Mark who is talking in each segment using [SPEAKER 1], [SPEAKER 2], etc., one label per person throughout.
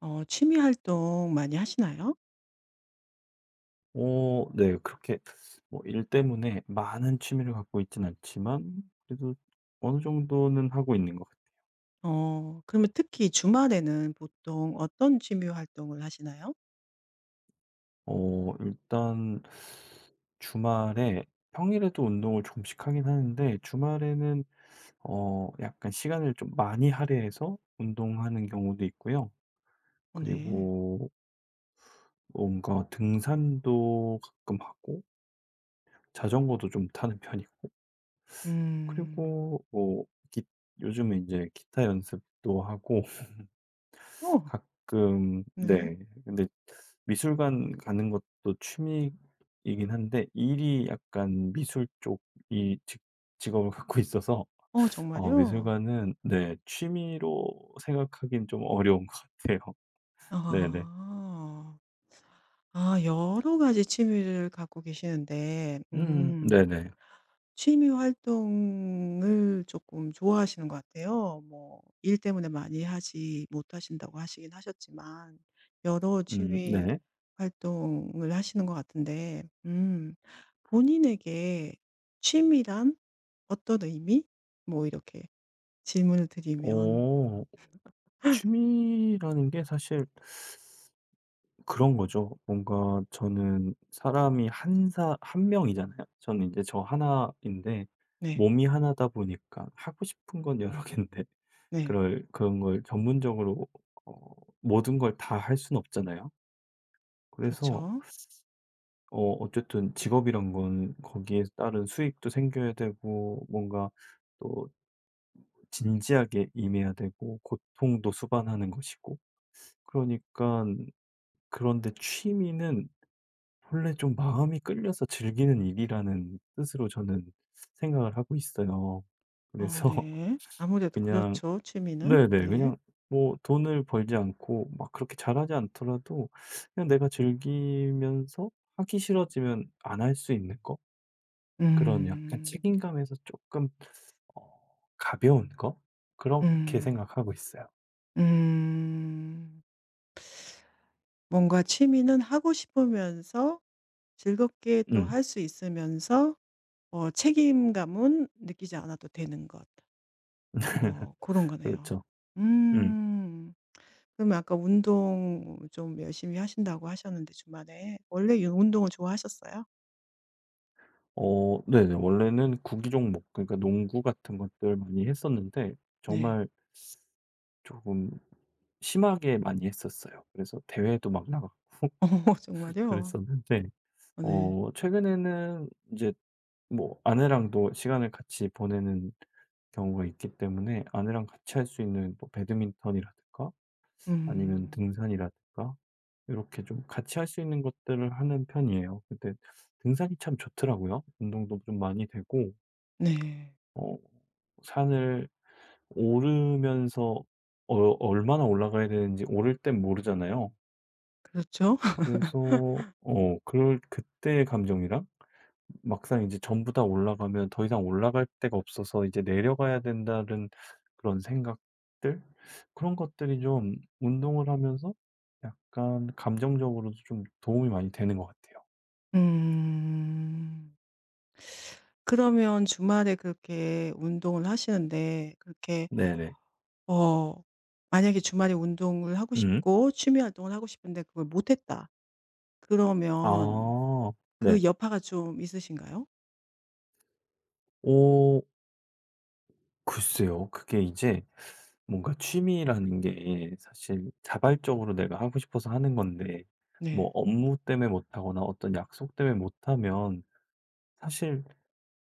[SPEAKER 1] 어, 취미 활동 많이 하시나요?
[SPEAKER 2] 어 네. 그렇게 뭐 일 때문에 많은 취미를 갖고 있진 않지만 그래도 어느 정도는 하고 있는 것 같아요.
[SPEAKER 1] 어, 그러면 특히 주말에는 보통 어떤 취미 활동을 하시나요?
[SPEAKER 2] 어 일단 주말에 평일에도 운동을 조금씩 하긴 하는데 주말에는 약간 시간을 좀 많이 할애해서 운동하는 경우도 있고요.
[SPEAKER 1] 어, 네.
[SPEAKER 2] 그리고 뭔가 등산도 가끔 하고 자전거도 좀 타는 편이고
[SPEAKER 1] 음.
[SPEAKER 2] 그리고 뭐 기 요즘에 이제 기타 연습도 하고
[SPEAKER 1] 어,
[SPEAKER 2] 가끔
[SPEAKER 1] 네.
[SPEAKER 2] 네. 근데 미술관 가는 것도 취미이긴 한데 일이 약간 미술 쪽 이 직 직업을 갖고 있어서
[SPEAKER 1] 어,
[SPEAKER 2] 어
[SPEAKER 1] 정말요?
[SPEAKER 2] 미술관은 네 취미로 생각하긴 좀 어려운 것 같아요. 네네.
[SPEAKER 1] 아. 아, 여러 가지 취미를 갖고 계시는데 음,
[SPEAKER 2] 네네.
[SPEAKER 1] 취미 활동을 조금 좋아하시는 것 같아요. 뭐 일 때문에 많이 하지 못하신다고 하시긴 하셨지만 여러 취미
[SPEAKER 2] 네.
[SPEAKER 1] 활동을 하시는 것 같은데 음, 본인에게 취미란 어떤 의미? 뭐 이렇게 질문을 드리면.
[SPEAKER 2] 어 취미라는 게 사실 그런 거죠. 뭔가 저는 사람이 한사 한 명이잖아요. 저는 이제 저 하나 인데
[SPEAKER 1] 네.
[SPEAKER 2] 몸이 하나다 보니까 하고 싶은 건 여러 개인데
[SPEAKER 1] 네.
[SPEAKER 2] 그럴 그런 걸 전문적으로 어 모든 걸 다 할 수는 없잖아요. 그래서
[SPEAKER 1] 그렇죠.
[SPEAKER 2] 어 어쨌든 직업이란 건 거기에 따른 수익도 생겨야 되고 뭔가 또 진지하게 임해야 되고 고통도 수반하는 것이고 그러니까 그런데 취미는 원래 좀 마음이 끌려서 즐기는 일이라는 뜻으로 저는 생각을 하고 있어요.
[SPEAKER 1] 어,
[SPEAKER 2] 그래서
[SPEAKER 1] 네. 아무래도
[SPEAKER 2] 그냥
[SPEAKER 1] 그렇죠, 취미는.
[SPEAKER 2] 네네.
[SPEAKER 1] 네.
[SPEAKER 2] 그냥 뭐 돈을 벌지 않고 막 그렇게 잘하지 않더라도 그냥 내가 즐기면서 하기 싫어지면 안 할 수 있는 거? 그런 약간
[SPEAKER 1] 음.
[SPEAKER 2] 책임감에서 조금 어 가벼운 거? 그렇게
[SPEAKER 1] 음.
[SPEAKER 2] 생각하고 있어요.
[SPEAKER 1] 음. 뭔가 취미는 하고 싶으면서 즐겁게 또
[SPEAKER 2] 음.
[SPEAKER 1] 할 수 있으면서 어, 책임감은 느끼지 않아도 되는 것. 어, 그런 거네요.
[SPEAKER 2] 그렇죠. 음.
[SPEAKER 1] 음. 그러면 아까 운동 좀 열심히 하신다고 하셨는데, 주말에 원래 이 운동을 좋아하셨어요?
[SPEAKER 2] 어 네네. 원래는 구기 종목 그러니까 농구 같은 것들 많이 했었는데
[SPEAKER 1] 네.
[SPEAKER 2] 정말 조금 심하게 많이 했었어요. 그래서 대회도 막 나가고
[SPEAKER 1] 어, 정말요?
[SPEAKER 2] 그랬었는데
[SPEAKER 1] 어, 네.
[SPEAKER 2] 어 최근에는 이제 뭐 아내랑도 시간을 같이 보내는 경우가 있기 때문에 아내랑 같이 할 수 있는 뭐 배드민턴이라든가 아니면
[SPEAKER 1] 음.
[SPEAKER 2] 등산이라든가 이렇게 좀 같이 할 수 있는 것들을 하는 편이에요. 근데 등산이 참 좋더라고요. 운동도 좀 많이 되고
[SPEAKER 1] 네.
[SPEAKER 2] 어 산을 오르면서 어 얼마나 올라가야 되는지 오를 땐 모르잖아요.
[SPEAKER 1] 그렇죠.
[SPEAKER 2] 그래서 어 그럴 그때의 감정이랑 막상 이제 전부 다 올라가면 더 이상 올라갈 데가 없어서 이제 '내려가야 된다.'는 그런 생각들 그런 것들이 좀 운동을 하면서 약간 감정적으로도 좀 도움이 많이 되는 것 같아요.
[SPEAKER 1] 음. 그러면 주말에 그렇게 운동을 하시는데, 그렇게
[SPEAKER 2] 네네.
[SPEAKER 1] 어, 만약에 주말에 운동을 하고
[SPEAKER 2] 음.
[SPEAKER 1] 싶고 취미 활동을 하고 싶은데 그걸 못 했다. 그러면
[SPEAKER 2] 아. 네.
[SPEAKER 1] 그 여파가 좀 있으신가요?
[SPEAKER 2] 오. 글쎄요. 그게 이제 뭔가 취미라는 게 사실 자발적으로 내가 하고 싶어서 하는 건데 뭐
[SPEAKER 1] 네.
[SPEAKER 2] 업무 때문에 못 하거나 어떤 약속 때문에 못 하면 사실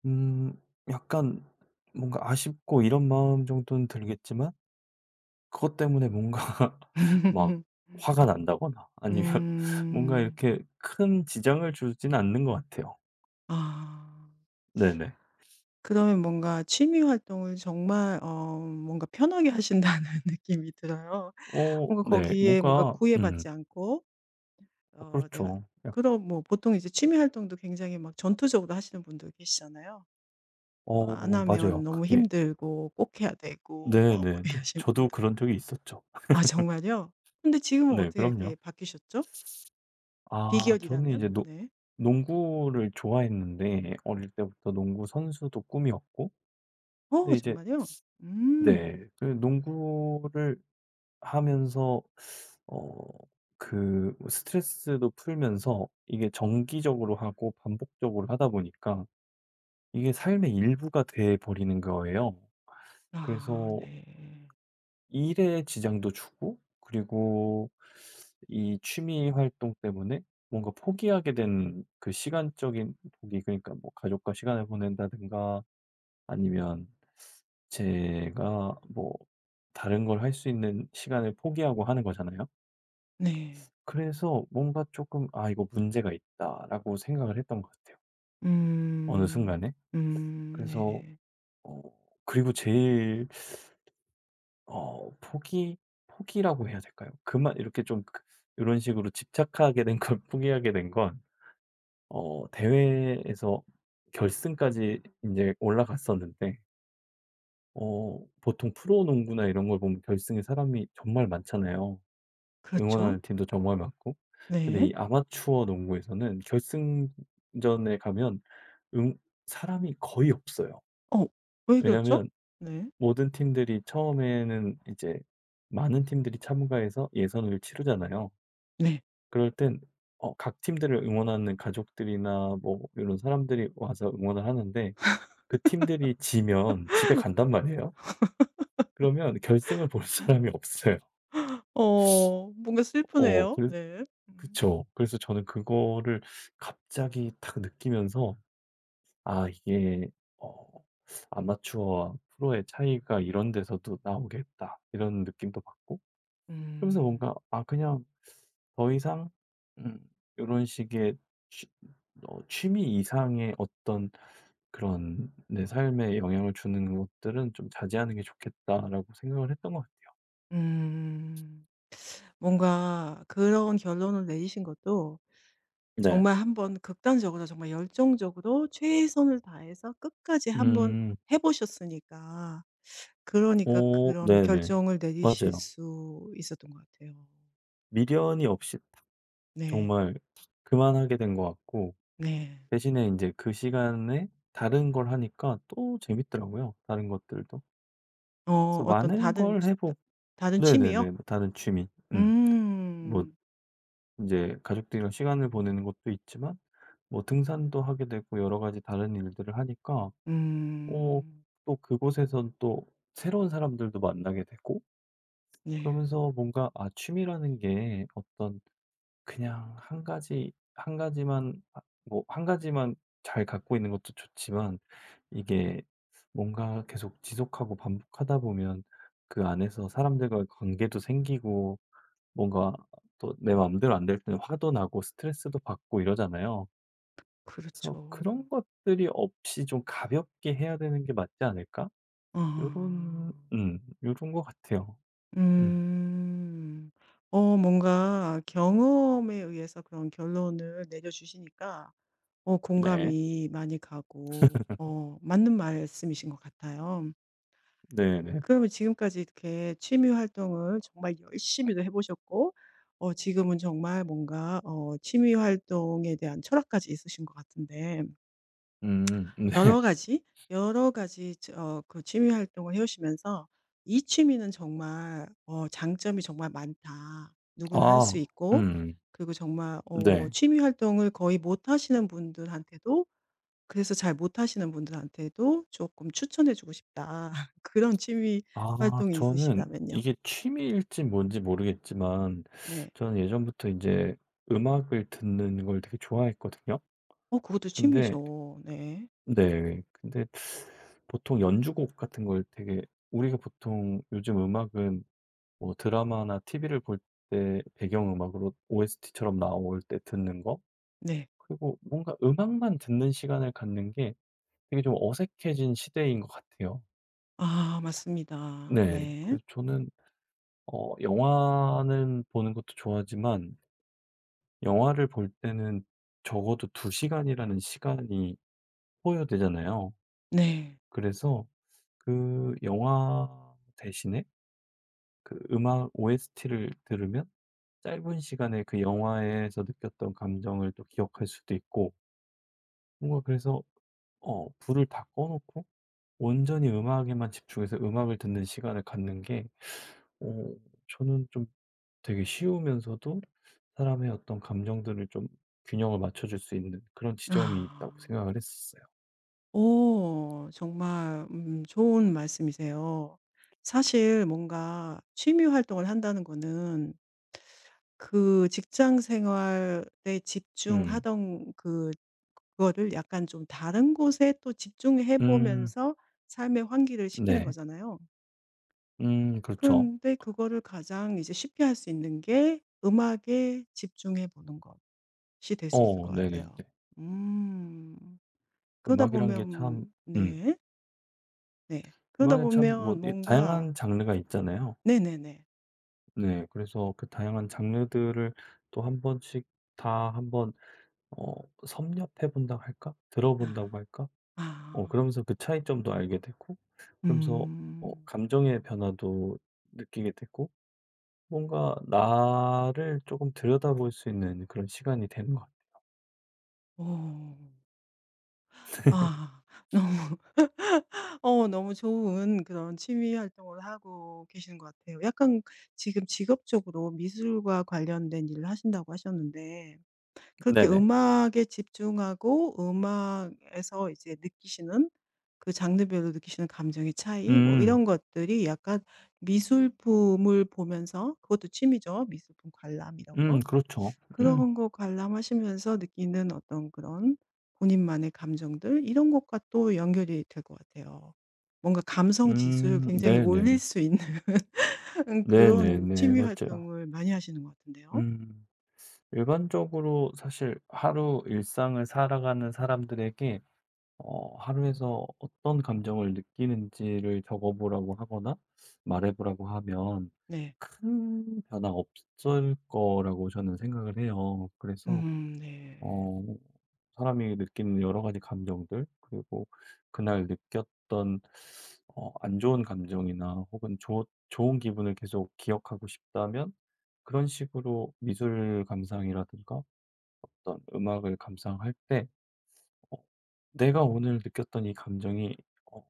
[SPEAKER 2] 음 약간 뭔가 아쉽고 이런 마음 정도는 들겠지만 그것 때문에 뭔가 막 화가 난다거나 아니면 뭔가
[SPEAKER 1] 음.
[SPEAKER 2] 이렇게 큰 지장을 주진 않는 것 같아요.
[SPEAKER 1] 아.
[SPEAKER 2] 네네.
[SPEAKER 1] 그러면 뭔가 취미 활동을 정말 어, 뭔가 편하게 하신다는 느낌이 들어요.
[SPEAKER 2] 어
[SPEAKER 1] 뭔가
[SPEAKER 2] 네.
[SPEAKER 1] 거기에 뭔가
[SPEAKER 2] 뭔가
[SPEAKER 1] 구애받지 않고
[SPEAKER 2] 어
[SPEAKER 1] 어, 내가.
[SPEAKER 2] 그렇죠. 약
[SPEAKER 1] 그럼 뭐 보통 이제 취미 활동도 굉장히 막 전투적으로 하시는 분들 계시잖아요. 또 안
[SPEAKER 2] 어
[SPEAKER 1] 하면
[SPEAKER 2] 맞아요.
[SPEAKER 1] 너무
[SPEAKER 2] 그게
[SPEAKER 1] 힘들고 꼭 해야 되고 뭐 뭐
[SPEAKER 2] 네네네.
[SPEAKER 1] 이러신
[SPEAKER 2] 저도
[SPEAKER 1] 분들.
[SPEAKER 2] 그런 적이 있었죠.
[SPEAKER 1] 아, 정말요? 근데 지금은
[SPEAKER 2] 네
[SPEAKER 1] 어떻게 이렇게
[SPEAKER 2] 그럼요.
[SPEAKER 1] 바뀌셨죠?
[SPEAKER 2] 아 저는
[SPEAKER 1] 비결이라면?
[SPEAKER 2] 이제 농
[SPEAKER 1] 네.
[SPEAKER 2] 농구를 좋아했는데 어릴 때부터 농구 선수도 꿈이었고
[SPEAKER 1] 어,
[SPEAKER 2] 근데 이제
[SPEAKER 1] 정말요? 음.
[SPEAKER 2] 네 그 농구를 하면서 어 그 스트레스도 풀면서 이게 정기적으로 하고 반복적으로 하다 보니까 이게 삶의 일부가 돼 버리는 거예요.
[SPEAKER 1] 아,
[SPEAKER 2] 그래서
[SPEAKER 1] 네.
[SPEAKER 2] 일에 지장도 주고 그리고 이 취미 활동 때문에 뭔가 포기하게 된 그 시간적인 포기 그러니까 뭐 가족과 시간을 보낸다든가 아니면 제가 뭐 다른 걸 할 수 있는 시간을 포기하고 하는 거잖아요.
[SPEAKER 1] 네.
[SPEAKER 2] 그래서 뭔가 조금 '아 이거 문제가 있다.'라고 생각을 했던 것 같아요, 어느
[SPEAKER 1] 음.
[SPEAKER 2] 순간에.
[SPEAKER 1] 음,
[SPEAKER 2] 그래서
[SPEAKER 1] 네.
[SPEAKER 2] 어 그리고 제일 어 포기 포기라고 해야 될까요? 그만 이렇게 좀그런 식으로 집착하게 된 걸 포기하게 된 건 어 대회에서 결승까지 이제 올라갔었는데 어 보통 프로 농구나 이런 걸 보면 결승에 사람이 정말 많잖아요.
[SPEAKER 1] 그렇죠.
[SPEAKER 2] 응원하는 팀도 정말 많고. 근데
[SPEAKER 1] 네.
[SPEAKER 2] 이 아마추어 농구에서는 결승전에 가면 응 사람이 거의 없어요.
[SPEAKER 1] 어, 왜 그렇죠?
[SPEAKER 2] 왜냐면
[SPEAKER 1] 네.
[SPEAKER 2] 모든 팀들이 처음에는 이제 많은 팀들이 참가해서 예선을 치르잖아요.
[SPEAKER 1] 네.
[SPEAKER 2] 그럴 땐 어 각 팀들을 응원하는 가족들이나 뭐 이런 사람들이 와서 응원을 하는데 그 팀들이 지면 집에 간단 말이에요. 그러면 결승을 볼 사람이 없어요.
[SPEAKER 1] 어, 뭔가
[SPEAKER 2] 어
[SPEAKER 1] 슬프네요.
[SPEAKER 2] 그래
[SPEAKER 1] 네. 음.
[SPEAKER 2] 그쵸. 그래서 저는 그거를 갑자기 딱 느끼면서 '아 이게 어 아마추어와 프로의 차이가 이런 데서도 나오겠다.' 이런 느낌도 받고 그러면서 뭔가
[SPEAKER 1] 음.
[SPEAKER 2] 아 그냥 더 이상 음런 식의 취 어 취미 이상의 어떤 그런 내 삶에 영향을 주는 것들은 좀 자제하는 게 좋겠다라고 생각을 했던 것 같아요.
[SPEAKER 1] 음. 뭔가 그런 결론을 내리신 것도
[SPEAKER 2] 네.
[SPEAKER 1] 정말 한번 극단적으로 정말 열정적으로 최선을 다해서 끝까지 한번
[SPEAKER 2] 음.
[SPEAKER 1] 해 보셨으니까 그러니까
[SPEAKER 2] 오.
[SPEAKER 1] 그런
[SPEAKER 2] 네네.
[SPEAKER 1] 결정을 내리실
[SPEAKER 2] 맞아요.
[SPEAKER 1] 수 있었던 것 같아요.
[SPEAKER 2] 미련이 없이 탁
[SPEAKER 1] 네.
[SPEAKER 2] 정말 탁 그만하게 된 것 같고
[SPEAKER 1] 네.
[SPEAKER 2] 대신에 이제 그 시간에 다른 걸 하니까 또 재밌더라고요 다른 것들도.
[SPEAKER 1] 어,
[SPEAKER 2] 그래서
[SPEAKER 1] 어떤
[SPEAKER 2] 많은
[SPEAKER 1] 다른
[SPEAKER 2] 걸
[SPEAKER 1] 취,
[SPEAKER 2] 해
[SPEAKER 1] 다,
[SPEAKER 2] 보
[SPEAKER 1] 다른 취미요?
[SPEAKER 2] 네네네. 뭐 다른 취미. 음. 뭐 이
[SPEAKER 1] 음.
[SPEAKER 2] 제 가족들이랑 시간을 보내는 것도 있지만 뭐 등산도 하게 되고 여러 가지 다른 일들을 하니까 어
[SPEAKER 1] 음.
[SPEAKER 2] 또 그곳에선 또 새로운 사람들도 만나게 되고
[SPEAKER 1] 네.
[SPEAKER 2] 그러면서 뭔가 아 취미라는 게 어떤 그냥 한 가지 한 가지만 아 뭐한 가지만 잘 갖고 있는 것도 좋지만 이게 뭔가 계속 지속하고 반복하다 보면 그 안에서 사람들과의 관계도 생기고 뭔가 또 내 마음대로 안 될 때는 화도 나고 스트레스도 받고 이러잖아요. 그래서
[SPEAKER 1] 그렇죠.
[SPEAKER 2] '그런 것들이 없이 좀 가볍게 해야 되는 게 맞지 않을까?'
[SPEAKER 1] 어,
[SPEAKER 2] 요런 것 같아요. 음.
[SPEAKER 1] 음. 어, 뭔가 경험에 의해서 그런 결론을 내려주시니까 어,
[SPEAKER 2] 네.
[SPEAKER 1] 공감이 많이 가고 어, 맞는 말씀이신 것 같아요.
[SPEAKER 2] 네네.
[SPEAKER 1] 그러면 지금까지 이렇게 취미 활동을 정말 열심히도 해 보셨고 어, 지금은 정말 뭔가 어, 취미 활동에 대한 철학까지 있으신 것 같은데
[SPEAKER 2] 음 네.
[SPEAKER 1] 여러 가지, 여러 가지 어, 그 취미 활동을 해 오시면서 '이 취미는 정말 어, 장점이 정말 많다. 누구나 할
[SPEAKER 2] 아
[SPEAKER 1] 수 있고
[SPEAKER 2] 음
[SPEAKER 1] 그리고 정말 어,
[SPEAKER 2] 네.
[SPEAKER 1] 취미 활동을 거의 못 하시는 분들한테도 그래서 잘 못하시는 분들한테도 조금 추천해 주고 싶다.' 그런 취미
[SPEAKER 2] 아
[SPEAKER 1] 활동이
[SPEAKER 2] 저는
[SPEAKER 1] 있으시다면요.
[SPEAKER 2] 이게 취미일지 뭔지 모르겠지만
[SPEAKER 1] 네.
[SPEAKER 2] 저는 예전부터 이제 음악을 듣는 걸 되게 좋아했거든요.
[SPEAKER 1] 어, 그것도
[SPEAKER 2] 근데
[SPEAKER 1] 취미죠. 네.
[SPEAKER 2] 네. 근데 보통 연주곡 같은 걸 되게 우리가 보통 요즘 음악은 뭐 드라마나 TV를 볼 때 배경음악으로 OST처럼 나올 때 듣는 거
[SPEAKER 1] 네.
[SPEAKER 2] 그리고 뭔가 음악만 듣는 시간을 갖는 게 되게 좀 어색해진 시대인 것 같아요.
[SPEAKER 1] 아, 맞습니다.
[SPEAKER 2] 네.
[SPEAKER 1] 네.
[SPEAKER 2] 그래서 저는 어 영화는 보는 것도 좋아하지만 영화를 볼 때는 적어도 두 시간이라는 시간이 소요되잖아요.
[SPEAKER 1] 네.
[SPEAKER 2] 그래서 그 영화 대신에 그 음악 OST를 들으면 짧은 시간에 그 영화에서 느꼈던 감정을 또 기억할 수도 있고 뭔가 그래서 어 불을 다 꺼 놓고 온전히 음악에만 집중해서 음악을 듣는 시간을 갖는 게 어 저는 좀 되게 쉬우면서도 사람의 어떤 감정들을 좀 균형을 맞춰 줄 수 있는 그런 지점이 있다고
[SPEAKER 1] 아.
[SPEAKER 2] 생각을 했었어요.
[SPEAKER 1] 오, 정말 음, 좋은 말씀이세요. 사실 뭔가 취미 활동을 한다는 거는 그 직장 생활에
[SPEAKER 2] 음.
[SPEAKER 1] 집중하던 그, 그거를 약간 좀 다른 곳에 또 집중해
[SPEAKER 2] 음.
[SPEAKER 1] 보면서 삶의 환기를 시키는
[SPEAKER 2] 네.
[SPEAKER 1] 거잖아요.
[SPEAKER 2] 그렇죠.
[SPEAKER 1] 그런데 그거를 가장 이제 쉽게 할 수 있는 게 음악에 집중해 보는 것이 될 수 있을
[SPEAKER 2] 어
[SPEAKER 1] 것
[SPEAKER 2] 네네네.
[SPEAKER 1] 같아요. 음. 그러다
[SPEAKER 2] 음악이란 게
[SPEAKER 1] 보면.
[SPEAKER 2] 참 음.
[SPEAKER 1] 네. 네. 그러다
[SPEAKER 2] 음악에 참 뭐
[SPEAKER 1] 보면 뭔가.
[SPEAKER 2] 다양한 장르가 있잖아요.
[SPEAKER 1] 네네네.
[SPEAKER 2] 네. 그래서 그 다양한 장르들을 또 한 번씩 다 한번 어 섭렵해 본다고 할까?
[SPEAKER 1] 아.
[SPEAKER 2] 들어본다고 할까? 어
[SPEAKER 1] 아.
[SPEAKER 2] 그러면서 그 차이점도 알게 되고 그러면서 어
[SPEAKER 1] 음.
[SPEAKER 2] 감정의 변화도 느끼게 되고 뭔가 나를 조금 들여다볼 수 있는 그런 시간이 되는 것 같아요.
[SPEAKER 1] 오. 아. 너무 어, 너무 좋은 그런 취미 활동을 하고 계시는 것 같아요. 약간 지금 직업적으로 미술과 관련된 일을 하신다고 하셨는데, 그렇게
[SPEAKER 2] 네네.
[SPEAKER 1] 음악에 집중하고 음악에서 이제 느끼시는 그 장르별로 느끼시는 감정의 차이, 뭐
[SPEAKER 2] 음.
[SPEAKER 1] 이런 것들이 약간 미술품을 보면서, 그것도 취미죠. 미술품 관람 이런 거.
[SPEAKER 2] 그렇죠. 음.
[SPEAKER 1] 그런 거 관람하시면서 느끼는 어떤 그런 본인만의 감정들 이런 것과 또 연결이 될 것 같아요. 뭔가 감성 지수를 굉장히 올릴
[SPEAKER 2] 네네.
[SPEAKER 1] 수 있는 그런
[SPEAKER 2] 네네네.
[SPEAKER 1] 취미
[SPEAKER 2] 맞아요.
[SPEAKER 1] 활동을 많이 하시는 것 같은데요.
[SPEAKER 2] 음. 일반적으로 사실 하루 일상을 살아가는 사람들에게 어, 하루에서 어떤 감정을 느끼는지를 적어보라고 하거나 말해보라고 하면
[SPEAKER 1] 네.
[SPEAKER 2] 큰 변화 없을 거라고 저는 생각을 해요. 그래서
[SPEAKER 1] 음, 네.
[SPEAKER 2] 어, 사람이 느끼는 여러 가지 감정들, 그리고 그날 느꼈던 어, 안 좋은 감정이나 혹은 좋 좋은 기분을 계속 기억하고 싶다면 그런 식으로 미술 감상이라든가 어떤 음악을 감상할 때 어, '내가 오늘 느꼈던 이 감정이 어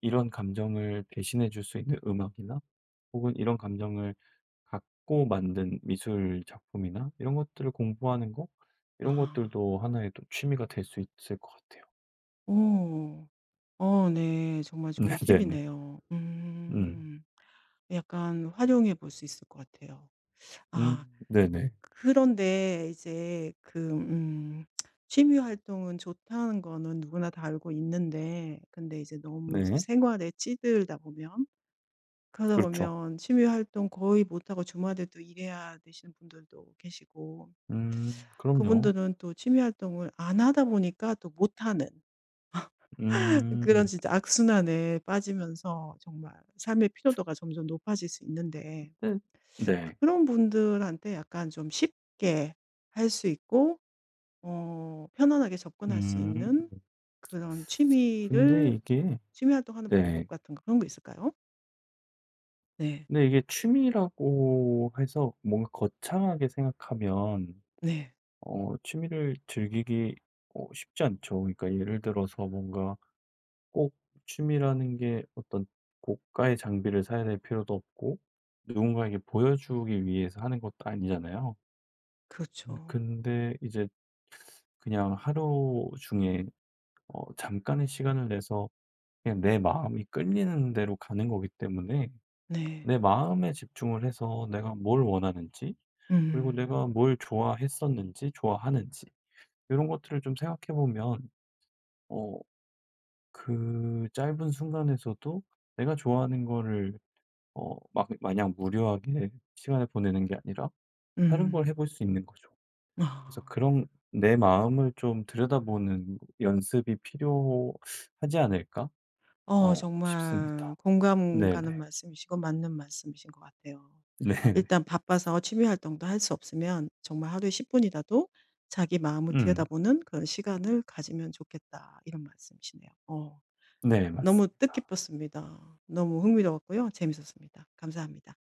[SPEAKER 2] 이런 감정을 대신해 줄 수 있는 음악이나 혹은 이런 감정을 갖고 만든 미술 작품이나 이런 것들을 공부하는 거 이런
[SPEAKER 1] 아.
[SPEAKER 2] 것들도 하나의 또 취미가 될 수 있을 것 같아요.'
[SPEAKER 1] 오. 어, 네. 정말 좋은
[SPEAKER 2] 네네네.
[SPEAKER 1] 팁이네요.
[SPEAKER 2] 음.
[SPEAKER 1] 음. 약간 활용해 볼 수 있을 것 같아요.
[SPEAKER 2] 음
[SPEAKER 1] 아.
[SPEAKER 2] 네네.
[SPEAKER 1] 그런데 이제 그 음, 취미 활동은 좋다는 거는 누구나 다 알고 있는데, 근데 이제 너무
[SPEAKER 2] 네.
[SPEAKER 1] 이제
[SPEAKER 2] 네,
[SPEAKER 1] 생활에 찌들다 보면 그러다
[SPEAKER 2] 그렇죠.
[SPEAKER 1] 보면 취미 활동 거의 못하고 주말에 도 일해야 되시는 분들도 계시고
[SPEAKER 2] 그럼요.
[SPEAKER 1] 그분들은 또 취미 활동을 안 하다 보니까 또 못하는 그런
[SPEAKER 2] 음.
[SPEAKER 1] 진짜 악순환에 빠지면서 정말 삶의 피로도가 점점 높아질 수 있는데,
[SPEAKER 2] 네.
[SPEAKER 1] 그,
[SPEAKER 2] 네.
[SPEAKER 1] 그런 분들한테 약간 좀 쉽게 할 수 있고 어, 편안하게 접근할 수
[SPEAKER 2] 음.
[SPEAKER 1] 있는 그런
[SPEAKER 2] 근데
[SPEAKER 1] 취미를 어,
[SPEAKER 2] 이게
[SPEAKER 1] 취미 활동하는 방법
[SPEAKER 2] 네.
[SPEAKER 1] 같은 거, 그런 거 있을까요? 네.
[SPEAKER 2] 근데 이게 취미라고 해서 뭔가 거창하게 생각하면
[SPEAKER 1] 네.
[SPEAKER 2] 어 취미를 즐기기 어 쉽지 않죠. 그러니까 예를 들어서 뭔가 꼭 취미라는 게 어떤 고가의 장비를 사야 될 필요도 없고 누군가에게 보여주기 위해서 하는 것도 아니잖아요.
[SPEAKER 1] 그렇죠.
[SPEAKER 2] 근데 이제 그냥 하루 중에 어 잠깐의 시간을 내서 그냥 내 마음이 끌리는 대로 가는 거기 때문에
[SPEAKER 1] 네.
[SPEAKER 2] 내 마음에 집중을 해서 내가 뭘 원하는지 그리고
[SPEAKER 1] 음.
[SPEAKER 2] 내가 뭘 좋아했었는지 좋아하는지 이런 것들을 좀 생각해 보면 어, 그 짧은 순간에서도 내가 좋아하는 거를 어, 막 마냥 무료하게 시간을 보내는 게 아니라 다른 걸
[SPEAKER 1] 음.
[SPEAKER 2] 해볼 수 있는 거죠. 그래서
[SPEAKER 1] 아.
[SPEAKER 2] 그런 내 마음을 좀 들여다보는 연습이 필요하지 않을까
[SPEAKER 1] 어,
[SPEAKER 2] 어,
[SPEAKER 1] 정말
[SPEAKER 2] 싶습니다.
[SPEAKER 1] 공감 가는
[SPEAKER 2] 네네.
[SPEAKER 1] 말씀이시고 맞는 말씀이신 것 같아요.
[SPEAKER 2] 네.
[SPEAKER 1] 일단 바빠서 취미 활동도 할 수 없으면 정말 하루에 10분 분이라도 자기 마음을
[SPEAKER 2] 음.
[SPEAKER 1] 들여다보는 그런 시간을 가지면 좋겠다. 이런 말씀이시네요. 어.
[SPEAKER 2] 네,
[SPEAKER 1] 너무
[SPEAKER 2] 맞습니다.
[SPEAKER 1] 뜻깊었습니다. 너무 흥미로웠고요. 재밌었습니다. 감사합니다.